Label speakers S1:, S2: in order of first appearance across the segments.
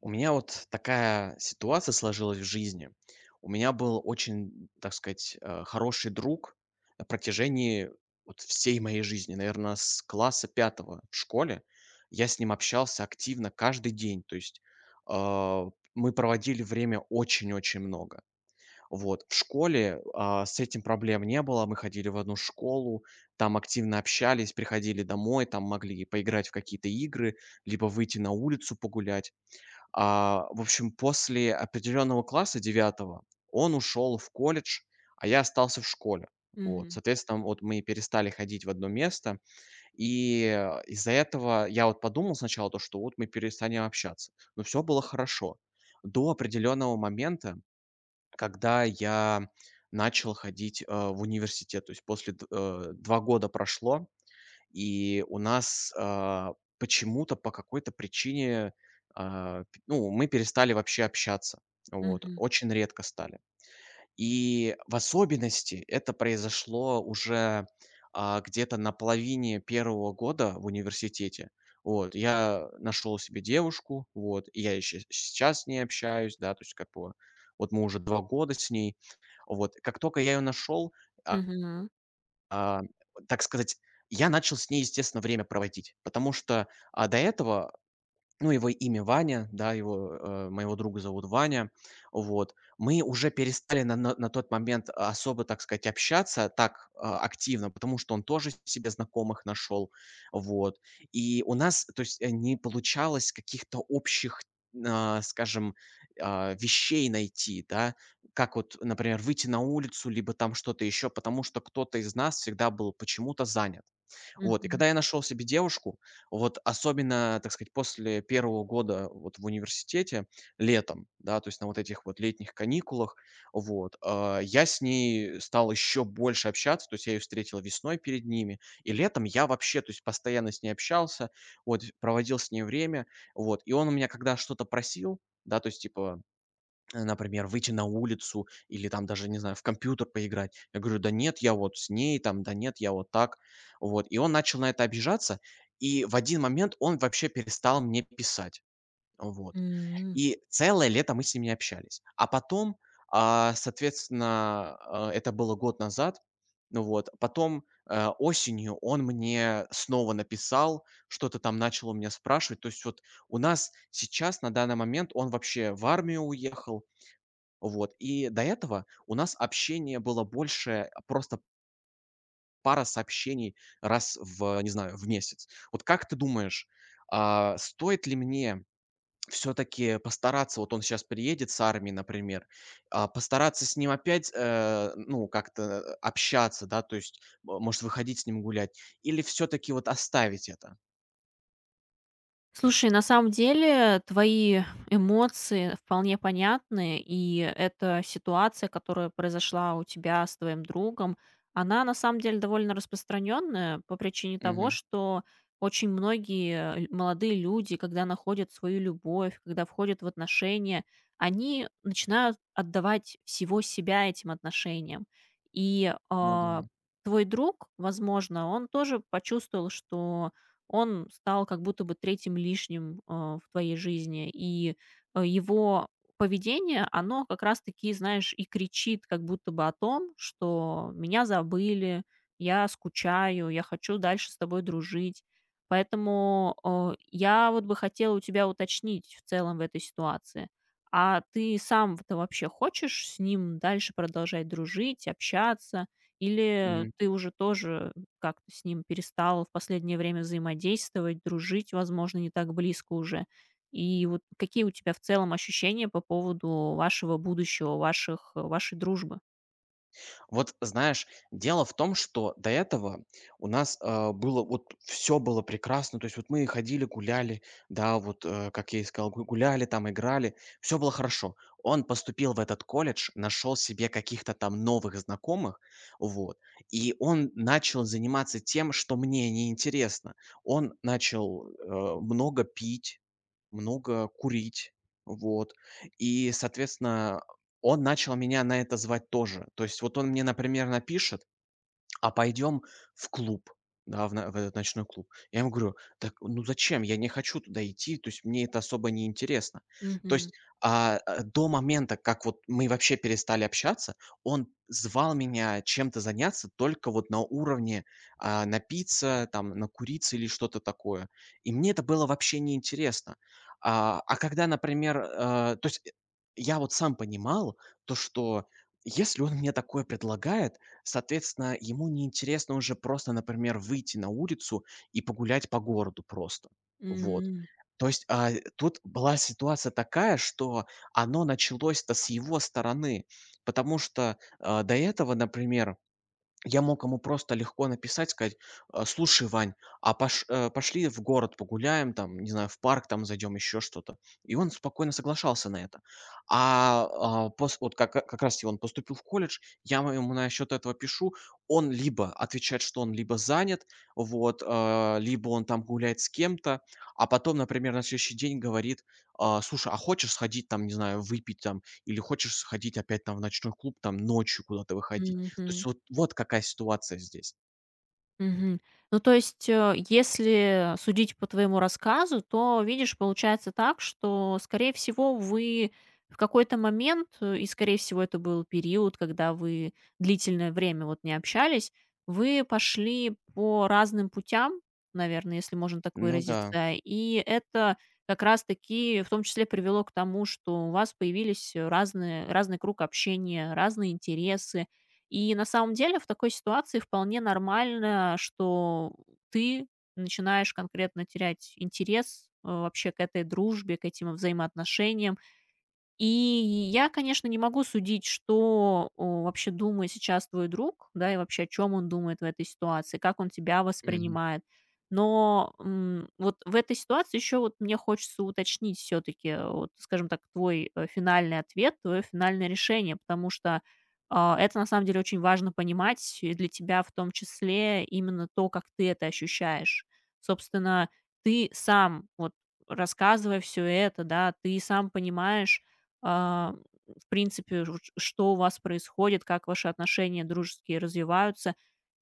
S1: У меня вот такая ситуация сложилась в жизни. У меня был очень, так сказать, хороший друг на протяжении вот всей моей жизни, наверное, с класса пятого в школе. Я с ним общался активно каждый день, то есть, а, мы проводили время очень-очень много. Вот. В школе, с этим проблем не было. Мы ходили в одну школу, там активно общались, приходили домой, там могли поиграть в какие-то игры, либо выйти на улицу погулять. В общем, после определенного класса девятого он ушел в колледж, а я остался в школе. Вот,
S2: Мгм,
S1: соответственно, вот мы перестали ходить в одно место, и из-за этого я вот подумал сначала то, что вот мы перестанем общаться, но все было хорошо до определенного момента, когда я начал ходить в университет. То есть после два года прошло, и у нас, почему-то, по какой-то причине, а, п ну, мы перестали вообще общаться. Вот.
S2: мгм,
S1: Очень редко стали. И в особенности это произошло уже, где-то на половине первого года в университете. Вот. Я нашел себе девушку, вот, и я еще сейчас с ней общаюсь, да, то есть как бы вот мы уже 2 года с ней. Вот. Как только я ее нашел, а
S2: мгм,
S1: а, так сказать, я начал с ней, естественно, время проводить, потому что, до этого, ну, его имя Ваня, да, его, моего друга зовут Ваня. Вот. Мы уже перестали на тот момент особо, так сказать, общаться так, активно, потому что он тоже себе знакомых нашел. Вот. И у нас, то есть, не получалось каких-то общих, скажем, вещей найти, да. Как вот, например, выйти на улицу, либо там что-то еще, потому что кто-то из нас всегда был почему-то занят. Вот, и
S2: мгм,
S1: когда я нашел себе девушку, вот особенно, так сказать, после первого года вот в университете, летом, да, то есть на вот этих вот летних каникулах, вот, я с ней стал еще больше общаться, то есть я ее встретил весной перед ними, и летом я вообще, то есть постоянно с ней общался, вот, проводил с ней время, вот. И он у меня, когда что-то просил, да, то есть типа, например, выйти на улицу или там даже, не знаю, в компьютер поиграть. Я говорю: "Да нет, я вот с ней там, да нет, я вот так". Вот, и он начал на это обижаться, и в один момент он вообще перестал мне писать. Вот,
S2: м.
S1: и целое лето мы с ним не общались. А потом, соответственно, это было год назад. Ну вот, потом, осенью он мне снова написал, что-то там начал у меня спрашивать. То есть вот у нас сейчас на данный момент он вообще в армию уехал, вот. И до этого у нас общение было больше просто пара сообщений раз в, не знаю, в месяц. Вот как ты думаешь, стоит ли мне все-таки постараться, вот он сейчас приедет с армии, например, постараться с ним опять, ну, как-то общаться, да, то есть, может, выходить с ним гулять, или все-таки вот оставить это?
S2: Слушай, на самом деле твои эмоции вполне понятны, и эта ситуация, которая произошла у тебя с твоим другом, она на самом деле довольно распространенная по причине того,
S1: Мгм.
S2: что очень многие молодые люди, когда находят свою любовь, когда входят в отношения, они начинают отдавать всего себя этим отношениям. И
S1: Ну
S2: а,
S1: да.
S2: Твой друг, возможно, он тоже почувствовал, что он стал как будто бы третьим лишним в твоей жизни. Его поведение, оно как раз-таки, знаешь, и кричит как будто бы о том, что меня забыли, я скучаю, я хочу дальше с тобой дружить. Поэтому я вот бы хотела у тебя уточнить в целом в этой ситуации. А ты сам-то вообще хочешь с ним дальше продолжать дружить, общаться? Или ты уже тоже как-то с ним перестала в последнее время взаимодействовать, дружить, возможно, не так близко уже. И вот какие у тебя в целом ощущения по поводу вашего будущего, вашей дружбы?
S1: Вот знаешь, дело в том, что до этого у нас, а, было вот все было прекрасно. То есть вот мы ходили, гуляли, да, вот, как я и сказал, гу гуляли там, играли, все было хорошо. Он поступил в этот колледж, нашел себе каких-то там новых знакомых, вот, и он начал заниматься тем, что мне неинтересно. Он начал, много пить, много курить, вот. И, соответственно, он начал меня на это звать тоже. То есть вот он мне, например, напишет, а пойдем в клуб, да, в этот ночной клуб. Я ему говорю: "Так, ну зачем? Я не хочу туда идти, то есть мне это особо не интересно". То
S2: Мгм.
S1: есть, до момента, как вот мы вообще перестали общаться, он звал меня чем-то заняться только вот на уровне, напиться, там, накуриться или что-то такое. И мне это было вообще неинтересно. Когда, например, то есть, я вот сам понимал то, что если он мне такое предлагает, соответственно, ему неинтересно уже просто, например, выйти на улицу и погулять по городу просто. Вот.
S2: М.
S1: То есть, тут была ситуация такая, что оно началось-то с его стороны, потому что, до этого, например, я мог ему просто легко написать, сказать: "А, слушай, Вань, а пошли в город погуляем, там, не знаю, в парк там зайдем, еще что-то". И он спокойно соглашался на это. А, а, пос вот как э, как раз-таки он поступил в колледж, я ему насчет этого пишу. Он либо отвечает, что он либо занят, вот, либо он там гуляет с кем-то, а потом, например, на следующий день говорит: "А, слушай, а хочешь сходить там, не знаю, выпить там или хочешь сходить опять там в ночной клуб, там ночью куда-то выходить?" То есть
S2: Мгм.
S1: вот какая ситуация здесь.
S2: Мгм. Ну, то есть, если судить по твоему рассказу, то, видишь, получается так, что, скорее всего, вы в какой-то момент, и, скорее всего, это был период, когда вы длительное время вот не общались, вы пошли по разным путям, наверное, если можно так
S1: Ну да.
S2: выразиться, и это как раз-таки в том числе привело к тому, что у вас появились разный круг общения, разные интересы, и на самом деле в такой ситуации вполне нормально, что ты начинаешь конкретно терять интерес вообще к этой дружбе, к этим взаимоотношениям, и я, конечно, не могу судить, что, вообще думает сейчас твой друг, да, и вообще о чём он думает в этой ситуации, как он тебя
S1: Мгм.
S2: воспринимает. Но, вот в этой ситуации еще вот мне хочется уточнить все таки вот, скажем так, твой финальный ответ, твое финальное решение, потому что, это на самом деле очень важно понимать, и для тебя в том числе именно то, как ты это ощущаешь. Собственно, ты сам, вот рассказывая все это, да, ты сам понимаешь, а, в принципе, ж что у вас происходит, как ваши отношения дружеские развиваются.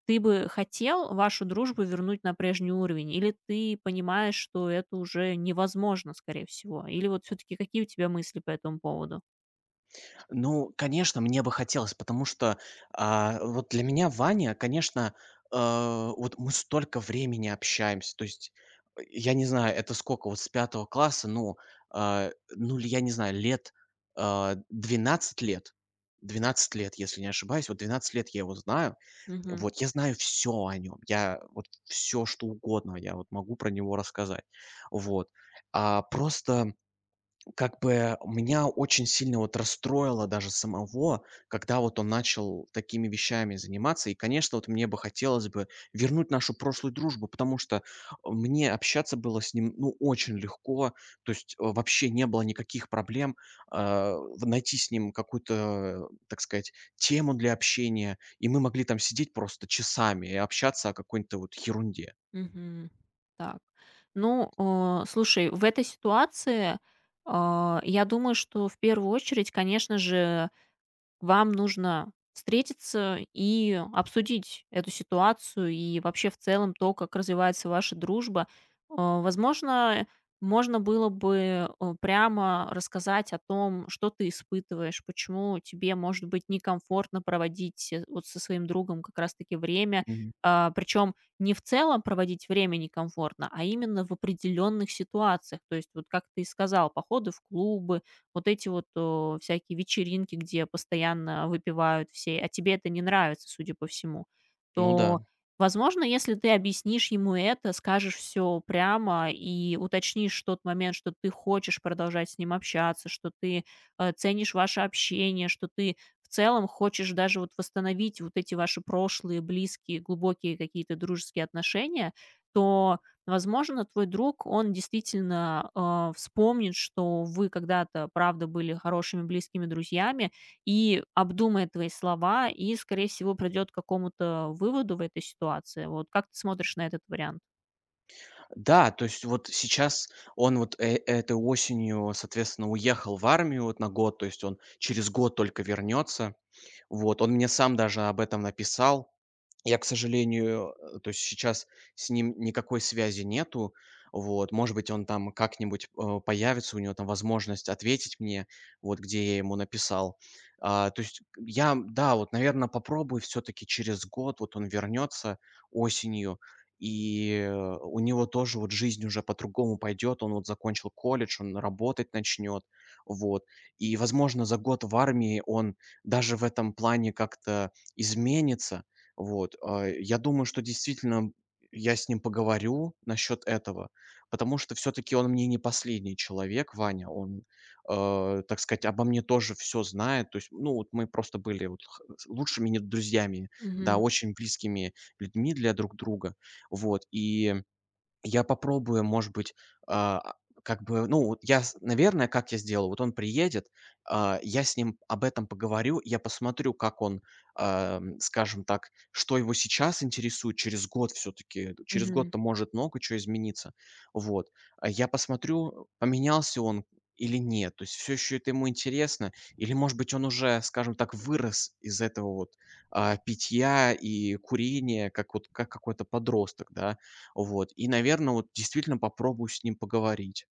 S2: Ты бы хотел вашу дружбу вернуть на прежний уровень, или ты понимаешь, что это уже невозможно, скорее всего? Или вот все-таки какие у тебя мысли по этому поводу?
S1: Ну, конечно, мне бы хотелось, потому что, вот для меня Ваня, конечно, э, вот мы столько времени общаемся. То есть, я не знаю, это сколько, вот с пятого класса, ну, а, ну, л я не знаю, лет, 12 лет. Двенадцать лет, если не ошибаюсь. Вот 12 лет я его знаю.
S2: Мгм.
S1: Вот я знаю все о нем. Я вот, все что угодно, я вот могу про него рассказать. Вот. Просто как бы меня очень сильно вот расстроило даже самого, когда вот он начал такими вещами заниматься. И, конечно, вот мне бы хотелось бы вернуть нашу прошлую дружбу, потому что мне общаться было с ним, ну, очень легко. То есть вообще не было никаких проблем найти с ним какую-то, так сказать, тему для общения. И мы могли там сидеть просто часами и общаться о какой-то вот ерунде.
S2: Мгм. Так. Ну, слушай, в этой ситуации, я думаю, что в первую очередь, конечно же, вам нужно встретиться и обсудить эту ситуацию и вообще в целом то, как развивается ваша дружба. А, возможно, можно было бы, прямо рассказать о том, что ты испытываешь, почему тебе, может быть, некомфортно проводить, вот со своим другом как раз таки время.
S1: Мгм.
S2: А, причем не в целом проводить время некомфортно, а именно в определенных ситуациях. То есть вот, как ты и сказал, походы в клубы, вот эти вот всякие вечеринки, где постоянно выпивают все, а тебе это не нравится, судя по всему,
S1: Ну
S2: то,
S1: да.
S2: возможно, если ты объяснишь ему это, скажешь все прямо и уточнишь тот момент, что ты хочешь продолжать с ним общаться, что ты ценишь ваше общение, что ты в целом хочешь даже вот восстановить вот эти ваши прошлые, близкие, глубокие какие-то дружеские отношения, то возможно, твой друг, он действительно, вспомнит, что вы когда-то, правда, были хорошими близкими друзьями, и обдумает твои слова, и, скорее всего, придет к какому-то выводу в этой ситуации. Вот как ты смотришь на этот вариант?
S1: Да, то есть вот сейчас он вот этой осенью, соответственно, уехал в армию вот на год, то есть он через год только вернется. Вот, он мне сам даже об этом написал. Я, к сожалению, то есть сейчас с ним никакой связи нету. Вот, может быть, он там как-нибудь, появится, у него там возможность ответить мне, вот где я ему написал. То есть я, да, вот, наверное, попробую все таки через год, вот он вернется осенью, и, у него тоже вот жизнь уже по-другому пойдет. Он вот закончил колледж, он работать начнет. Вот. И, возможно, за год в армии он даже в этом плане как-то изменится. Вот, я думаю, что действительно я с ним поговорю насчет этого, потому что все-таки он мне не последний человек, Ваня. Он, так сказать, обо мне тоже все знает. То есть, ну, вот мы просто были вот с лучшими не друзьями, да,
S2: Мгм.
S1: очень близкими людьми для друг друга. Вот, и я попробую, может быть, а, как бы, ну, вот я, с наверное, как я сделаю, вот он приедет, я с ним об этом поговорю, я посмотрю, как он, скажем так, что его сейчас интересует, через год все таки через
S2: Мгм.
S1: год-то может много чего измениться. Вот, я посмотрю, поменялся он или нет, то есть все еще это ему интересно, или, может быть, он уже, скажем так, вырос из этого вот, питья и курения, как вот какой-то подросток, да. Вот. И, наверное, вот действительно попробую с ним поговорить.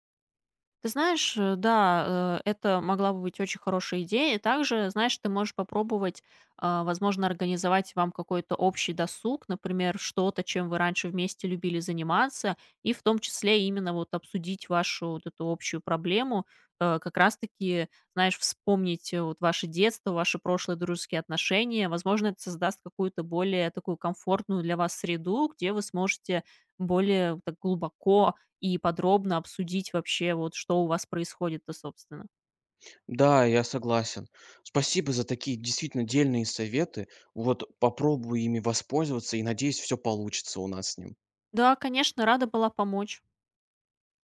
S2: Ты знаешь, да, это могла бы быть очень хорошая идея. И также, знаешь, ты можешь попробовать, возможно, организовать вам какой-то общий досуг, например, что-то, чем вы раньше вместе любили заниматься, и в том числе именно вот обсудить вашу вот эту общую проблему, как раз-таки, знаешь, вспомнить вот ваше детство, ваши прошлые дружеские отношения. Возможно, это создаст какую-то более такую комфортную для вас среду, где вы сможете более вот так глубоко и подробно обсудить вообще, вот что у вас происходит-то, собственно.
S1: Да, я согласен. Спасибо за такие действительно дельные советы. Вот попробую ими воспользоваться и, надеюсь, все получится у нас с ним.
S2: Да, конечно, рада была помочь.